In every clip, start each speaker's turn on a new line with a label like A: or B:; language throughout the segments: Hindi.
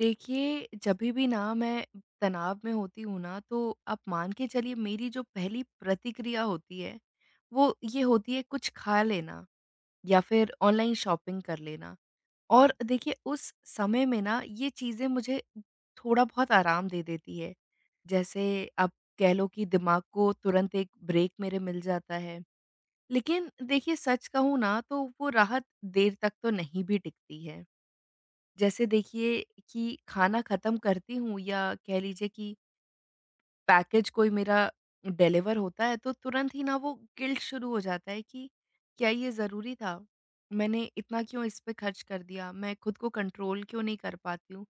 A: देखिए, जभी भी ना मैं तनाव में होती हूँ ना, तो आप मान के चलिए मेरी जो पहली प्रतिक्रिया होती है, वो ये होती है कुछ खा लेना या फिर ऑनलाइन शॉपिंग कर लेना।
B: हुँ।
A: और देखिए उस समय में ना ये चीज़ें मुझे थोड़ा बहुत आराम दे देती है। जैसे आप कह लो कि दिमाग को तुरंत एक ब्रेक मेरे मिल जाता है। लेकिन देखिए, सच कहूँ ना तो वो राहत देर तक तो नहीं भी टिकती है। जैसे देखिए, कि खाना ख़त्म करती हूँ या कह लीजिए कि पैकेज कोई मेरा डिलीवर होता है, तो तुरंत ही ना वो गिल्ट शुरू हो जाता है कि क्या ये ज़रूरी था? मैंने इतना क्यों इस पे खर्च कर दिया? मैं खुद को कंट्रोल क्यों नहीं कर पाती हूँ?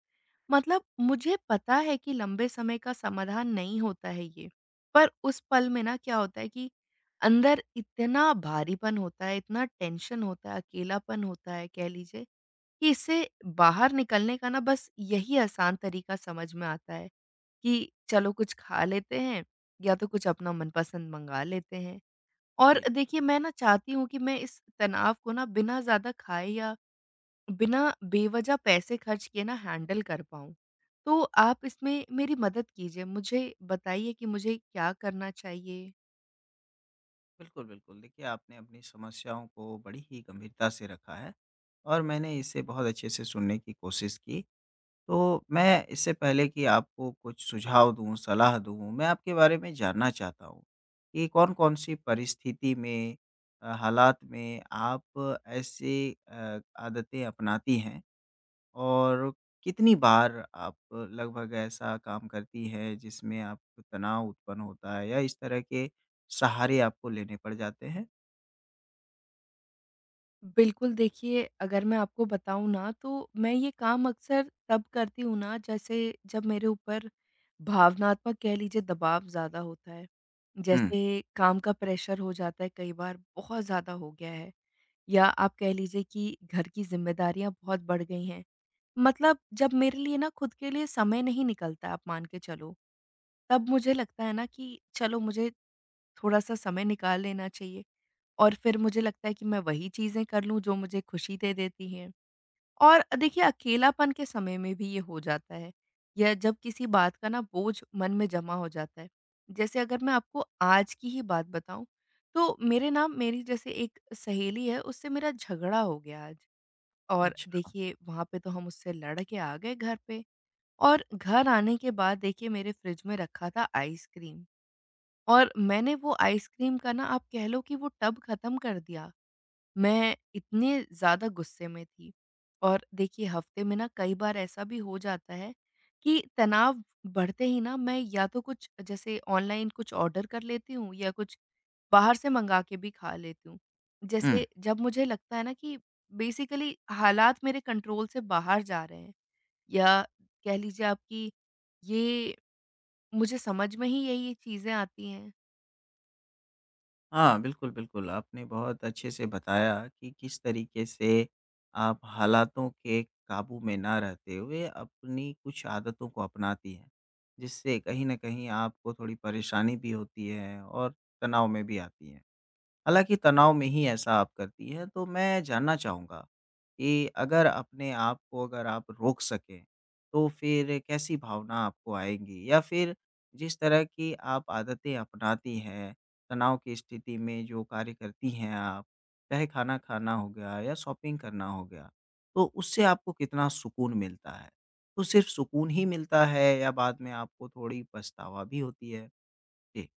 A: मतलब मुझे पता है कि लंबे समय का समाधान नहीं होता है ये, पर उस पल में ना क्या होता है कि अंदर इतना भारीपन होता है, इतना टेंशन होता है, अकेलापन होता है, कह लीजिए कि इससे बाहर निकलने का ना बस यही आसान तरीका समझ में आता है कि चलो कुछ खा लेते हैं या तो कुछ अपना मनपसंद मंगा लेते हैं। और
B: जी,
A: देखिए, मैं ना चाहती हूँ कि मैं इस तनाव को ना बिना ज़्यादा खाए या बिना बेवज़ह पैसे खर्च किए ना हैंडल कर पाऊँ। तो आप इसमें मेरी मदद कीजिए, मुझे बताइए कि मुझे क्या करना चाहिए?
B: बिल्कुल, बिल्कुल। देखिए, आपने अपनी समस्याओं को बड़ी ही गंभीरता से रखा है और मैंने इसे बहुत अच्छे से सुनने की कोशिश की। तो मैं इससे पहले कि आपको कुछ सुझाव दूँ, सलाह दूँ, मैं आपके बारे में जानना चाहता हूँ कि कौन-कौन सी परिस्थिति में हालात में आप ऐसी आदतें अपनाती हैं? और कितनी बार आप लगभग ऐसा काम करती हैं जिसमें आपको तनाव उत्पन्न होता है या इस तरह के सहारे आपको लेने पड़ जाते हैं?
A: बिल्कुल, देखिए, अगर मैं आपको बताऊँ ना तो मैं ये काम अक्सर तब करती हूँ ना, जैसे जब मेरे ऊपर भावनात्मक, कह लीजिए, दबाव ज़्यादा होता है।
B: हुँ।
A: जैसे काम का प्रेशर हो जाता है, कई बार बहुत ज़्यादा हो गया है, या आप कह लीजिए कि घर की ज़िम्मेदारियाँ बहुत बढ़ गई हैं। मतलब जब मेरे लिए ना खुद के लिए समय नहीं निकलता, आप मान के चलो, तब मुझे लगता है ना कि चलो, मुझे थोड़ा-सा समय निकाल लेना चाहिए। और फिर मुझे लगता है कि मैं वही चीज़ें कर लूँ जो मुझे खुशी दे देती हैं। और देखिए, अकेलापन के समय में भी ये हो जाता है, या जब किसी बात का ना बोझ मन में जमा हो जाता है। जैसे अगर मैं आपको आज की ही बात बताऊँ, तो मेरे ना मेरी जैसे एक सहेली है, उससे मेरा झगड़ा हो गया आज। और
B: अच्छा।
A: देखिए, वहाँ पे तो हम उससे लड़ के आ गए घर पे। और घर आने के बाद देखिए, मेरे फ्रिज में रखा था आइसक्रीम, और मैंने वो आइसक्रीम का ना, आप कह लो कि वो टब खत्म कर दिया। मैं इतने ज़्यादा गुस्से में थी। और देखिए, हफ्ते में ना कई बार ऐसा भी हो जाता है कि तनाव बढ़ते ही ना, मैं या तो कुछ जैसे ऑनलाइन कुछ ऑर्डर कर लेती हूँ, या कुछ बाहर से मंगा के भी खा लेती हूँ।
B: हुँ।
A: जैसे जब मुझे लगता है ना कि बेसिकली हालात मेरे कंट्रोल से बाहर जा रहे हैं, या कह लीजिए आप कि ये, मुझे समझ में ही यही ये चीज़ें आती हैं।
B: हाँ, बिल्कुल, बिल्कुल। आपने बहुत अच्छे से बताया कि किस तरीके से आप हालातों के काबू में ना रहते हुए अपनी कुछ आदतों को अपनाती हैं, जिससे कहीं न कहीं आपको थोड़ी परेशानी भी होती है और तनाव में भी आती हैं। हालाँकि तनाव में ही ऐसा आप करती है, तो मैं जानना चाहूँगा कि अगर अपने आप को अगर आप रोक सकें, तो फिर कैसी भावना आपको आएगी? या फिर जिस तरह की आप आदतें अपनाती हैं, तनाव की स्थिति में जो कार्य करती हैं आप, चाहे खाना खाना हो गया या शॉपिंग करना हो गया, तो उससे आपको कितना सुकून मिलता है? तो सिर्फ़ सुकून ही मिलता है या बाद में आपको थोड़ी पछतावा भी होती है? जी।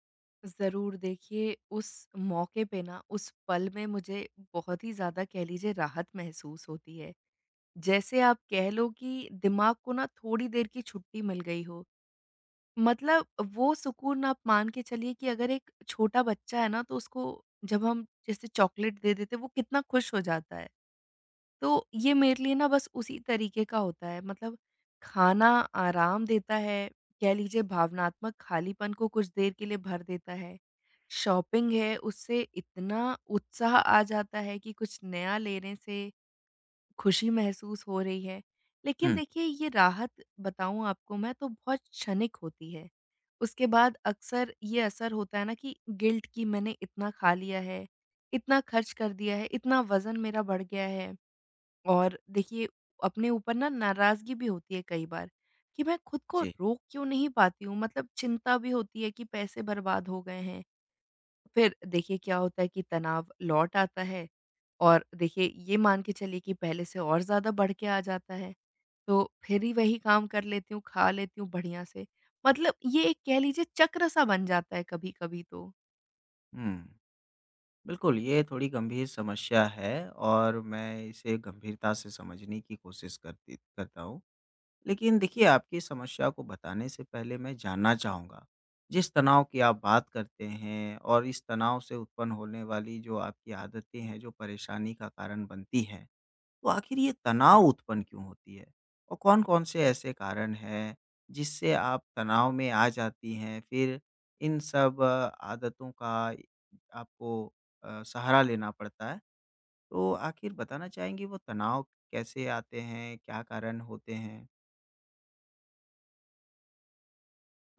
A: ज़रूर। देखिए, उस मौके पे ना उस पल में मुझे बहुत ही ज़्यादा, कह लीजिए, राहत महसूस होती है। जैसे आप कह लो कि दिमाग को ना थोड़ी देर की छुट्टी मिल गई हो। मतलब वो सुकून, आप मान के चलिए कि अगर एक छोटा बच्चा है ना, तो उसको जब हम जैसे चॉकलेट दे देते हैं, वो कितना खुश हो जाता है। तो ये मेरे लिए ना बस उसी तरीके का होता है। मतलब खाना आराम देता है, कह लीजिए, भावनात्मक खालीपन को कुछ देर के लिए भर देता है। शॉपिंग है, उससे इतना उत्साह आ जाता है कि कुछ नया लेने से खुशी महसूस हो रही है। लेकिन
B: हुँ।
A: देखिए, ये राहत बताऊँ आपको, मैं तो बहुत क्षणिक होती है। उसके बाद अक्सर ये असर होता है ना कि गिल्ट, कि मैंने इतना खा लिया है, इतना खर्च कर दिया है, इतना वज़न मेरा बढ़ गया है। और देखिए, अपने ऊपर ना नाराज़गी भी होती है कई बार, कि मैं खुद को
B: जी।
A: रोक क्यों नहीं पाती हूँ? मतलब चिंता भी होती है कि पैसे बर्बाद हो गए हैं। फिर देखिए क्या होता है कि तनाव लौट आता है, और देखिए, ये मान के चलिए कि पहले से और ज़्यादा बढ़ के आ जाता है। तो फिर ही वही काम कर लेती हूँ, खा लेती हूँ बढ़िया से। मतलब ये एक, कह लीजिए, चक्र-सा बन जाता है कभी-कभी तो।
B: हुँ। बिल्कुल, ये थोड़ी गंभीर समस्या है और मैं इसे गंभीरता से समझने की कोशिश करती करता हूँ। लेकिन देखिए, आपकी समस्या को बताने से पहले मैं जानना चाहूँगा, जिस तनाव की आप बात करते हैं और इस तनाव से उत्पन्न होने वाली जो आपकी आदतें हैं, जो परेशानी का कारण बनती हैं, तो आखिर ये तनाव उत्पन्न क्यों होती है? और कौन-कौन से ऐसे कारण हैं, जिससे आप तनाव में आ जाती हैं? फिर इन सब आदतों का आपको सहारा लेना पड़ता है। तो आखिर बताना चाहेंगी वो तनाव कैसे आते हैं? क्या कारण होते हैं?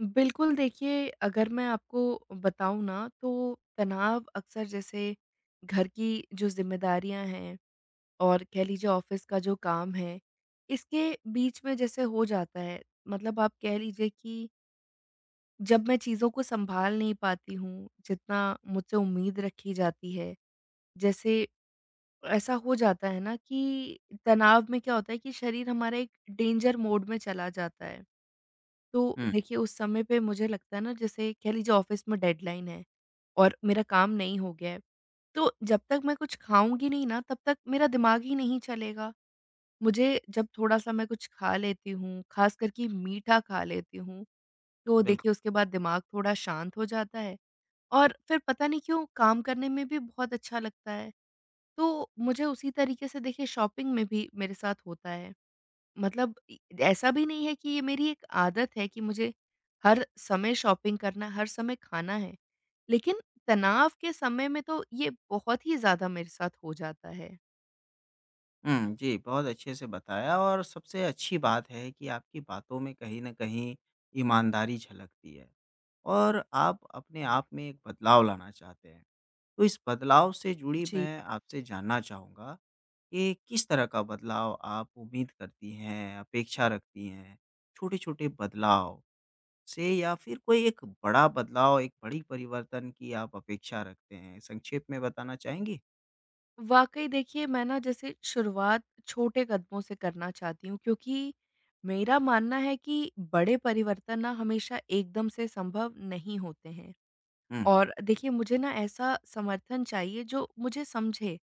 A: बिल्कुल, देखिए, अगर मैं आपको बताऊँ ना तो तनाव अक्सर जैसे घर की जो ज़िम्मेदारियाँ हैं और, कह लीजिए, ऑफ़िस का जो काम है, इसके बीच में जैसे हो जाता है। मतलब आप कह लीजिए कि जब मैं चीज़ों को सँभाल नहीं पाती हूँ, जितना मुझसे उम्मीद रखी जाती है। जैसे ऐसा हो जाता है ना कि तनाव में क्या होता है कि शरीर हमारा एक डेंजर मोड में चला जाता है। तो
B: हुँ,
A: देखिए, उस समय पे मुझे लगता है ना, जैसे कह लीजिए ऑफ़िस में डेडलाइन है और मेरा काम नहीं हो गया है, तो जब तक मैं कुछ खाऊँगी नहीं ना, तब तक मेरा दिमाग ही नहीं चलेगा। मुझे जब थोड़ा-सा मैं कुछ खा लेती हूँ, ख़ासकर कि मीठा खा लेती हूँ, तो
B: बिल्कुल।
A: देखिए उसके बाद दिमाग थोड़ा शांत हो जाता है, और फिर पता नहीं क्यों काम करने में भी बहुत अच्छा लगता है। तो मुझे उसी तरीके से देखिए, शॉपिंग में भी मेरे साथ होता है। मतलब इ ऐसा भी नहीं है कि ये मेरी एक आदत है कि मुझे हर समय शॉपिंग करना, हर समय खाना है। लेकिन तनाव के समय में तो ये बहुत ही ज़्यादा मेरे साथ हो जाता है।
B: हुँ, जी, बहुत अच्छे से बताया और सबसे अच्छी बात है कि आपकी बातों में कहीं न कहीं ईमानदारी झलकती है और आप अपने आप में एक बदलाव लाना चाहते हैं। तो इस बदलाव से जुड़ी
A: जी।
B: मैं आपसे जानना चाहूँगा कि किस तरह का बदलाव आप उम्मीद करती हैं, अपेक्षा रखती हैं? छोटे-छोटे बदलाव से या फिर कोई एक बड़ा बदलाव, एक बड़ी परिवर्तन की आप अपेक्षा रखते हैं? संक्षेप में बताना चाहेंगी?
A: वाक़ई देखिए, मैं ना जैसे शुरुआत छोटे कदमों से करना चाहती हूँ, क्योंकि मेरा मानना है कि बड़े परिवर्तन ना हमेशा एकदम से संभव नहीं होते हैं।
B: हुँ,
A: और देखिए, मुझे ना ऐसा समर्थन चाहिए जो मुझे समझे।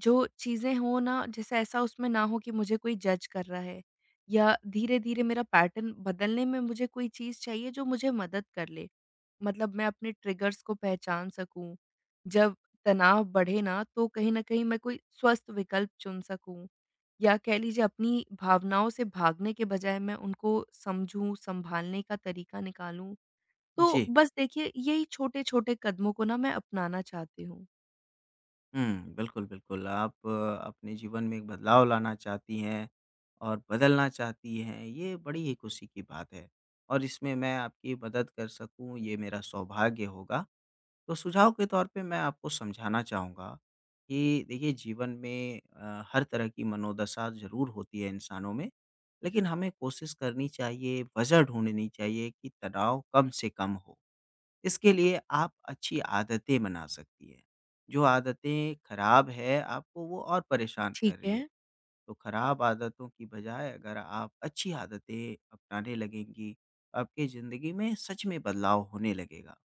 A: जो चीज़ें हों ना, जैसे ऐसा उसमें ना हो कि मुझे कोई जज कर रहा है, या धीरे-धीरे मेरा पैटर्न बदलने में मुझे कोई चीज़ चाहिए जो मुझे मदद कर ले। मतलब मैं अपने ट्रिगर्स को पहचान सकूँ। जब तनाव बढ़े ना, तो कहीं न कहीं मैं कोई स्वस्थ विकल्प चुन सकूँ, या कह लीजिए अपनी भावनाओं से भागने के बजाय मैं उनको समझूँ, सँभालने का तरीका निकालूँ। तो
B: जी।
A: बस देखिए, यही छोटे-छोटे कदमों को ना मैं अपनाना चाहती हूँ।
B: हुँ, बिल्कुल, बिल्कुल। आप अपने जीवन में एक बदलाव लाना चाहती हैं और बदलना चाहती हैं, ये बड़ी ही खुशी की बात है और इसमें मैं आपकी मदद कर सकूँ, ये मेरा सौभाग्य होगा। तो सुझाव के तौर पे मैं आपको समझाना चाहूँगा कि देखिए जीवन में हर तरह की मनोदशा ज़रूर होती है इंसानों में, लेकिन हमें कोशिश करनी चाहिए, वज़ह ढूँढनी चाहिए कि तनाव कम से कम हो। इसके लिए आप अच्छी आदतें बना सकती हैं। जो आदतें खराब है, आपको वो और परेशान
A: ठीक
B: कर रही है।
A: है,
B: तो खराब आदतों की बजाय अगर आप अच्छी आदतें अपनाने लगेंगी, आपकी ज़िंदगी में सच में बदलाव होने लगेगा।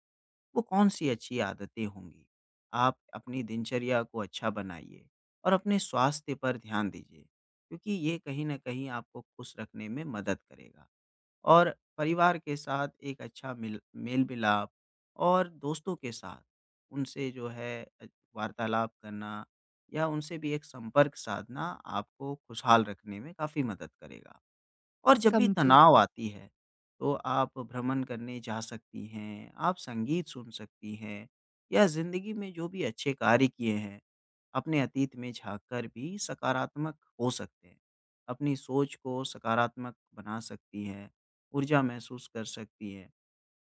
B: वो कौन-सी अच्छी आदतें होंगी? आप अपनी दिनचर्या को अच्छा बनाइए और अपने स्वास्थ्य पर ध्यान दीजिए, क्योंकि ये कहीं न कहीं आपको खुश रखने में मदद करेगा और परिवार के साथ एक अच्छा मिल मेल-मिलाप और दोस्तों के साथ, उनसे जो है अ, वार्तालाप करना या उनसे भी एक संपर्क साधना आपको खुशहाल रखने में काफ़ी मदद करेगा। और जब भी
A: समझी।
B: तनाव आती है, तो आप भ्रमण करने जा सकती हैं, आप संगीत सुन सकती हैं या ज़िंदगी में जो भी अच्छे कार्य किए हैं, अपने अतीत में झाँक कर भी सकारात्मक हो सकते हैं। अपनी सोच को सकारात्मक बना सकती हैं, ऊर्जा महसूस कर सकती हैं।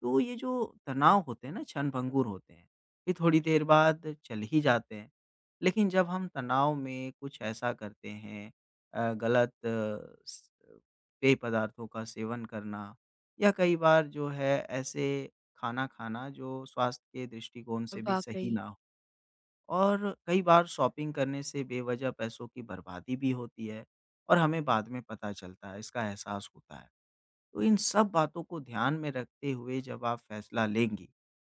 B: तो ये जो तनाव होते हैं ना क्षणभंगुर होते हैं, ये थोड़ी देर बाद चले ही जाते हैं। लेकिन जब हम तनाव में कुछ ऐसा करते हैं अ, गलत अ, स पेय पदार्थों का सेवन करना या कई बार जो है ऐसे खाना खाना जो स्वास्थ्य के दृष्टिकोण से भी सही
A: वाक़ई,
B: ना हो और कई बार शॉपिंग करने से बेवजह पैसों की बर्बादी भी होती है और हमें बाद में पता चलता है, इसका एहसास होता है। तो इन सब बातों को ध्यान में रखते हुए जब आप फैसला लेंगी,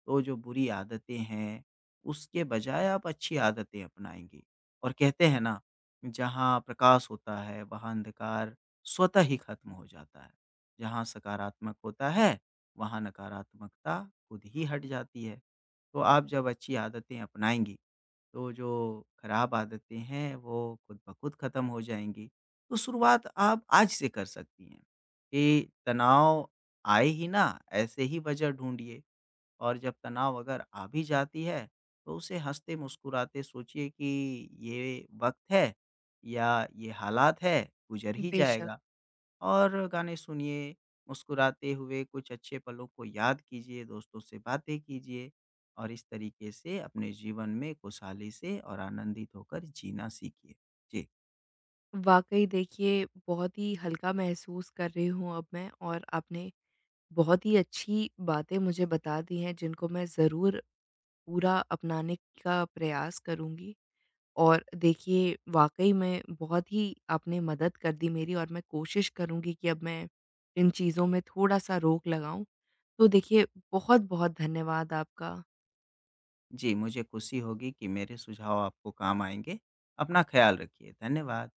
B: तो जो बुरी आदतें हैं, उसके बजाय आप अच्छी आदतें अपनाएँगी। और कहते हैं ना, जहाँ प्रकाश होता है, वहाँ अंधकार स्वतः ही खत्म हो जाता है। जहाँ सकारात्मक होता है, वहाँ नकारात्मकता खुद ही हट जाती है। तो आप जब अच्छी आदतें अपनाएँगी, तो जो खराब आदतें हैं, वो खुद ब खुद खत्म हो जाएँगी। तो शुरुआत आप आज से कर सकती हैं। कि तनाव आए ही ना, ऐसे ही वजह ढूँढिए और जब तनाव अगर आ भी जाती है, तो उसे हँसते-मुस्कुराते सोचिए कि ये वक़्त है या ये हालात है, गुज़र ही
A: बेशक।
B: जाएगा। और गाने सुनिए, मुस्कुराते हुए कुछ अच्छे पलों को याद कीजिए, दोस्तों से बातें कीजिए और इस तरीके से अपने जीवन में खुशहाली से और आनंदित होकर जीना सीखिए। जी।
A: वाक़ई देखिए, बहुत ही हल्का महसूस कर रही हूँ अब मैं, और आपने बहुत ही अच्छी बातें मुझे बता दी हैं जिनको मैं ज़रूर पूरा अपनाने का प्रयास करूँगी। और देखिए, वाक़ई में बहुत ही आपने मदद कर दी मेरी, और मैं कोशिश करूँगी कि अब मैं इन चीज़ों में थोड़ा-सा रोक लगाऊँ। तो देखिए, बहुत-बहुत धन्यवाद आपका।
B: जी, मुझे खुशी होगी कि मेरे सुझाव आपको काम आएँगे। अपना ख़्याल रखिए। धन्यवाद।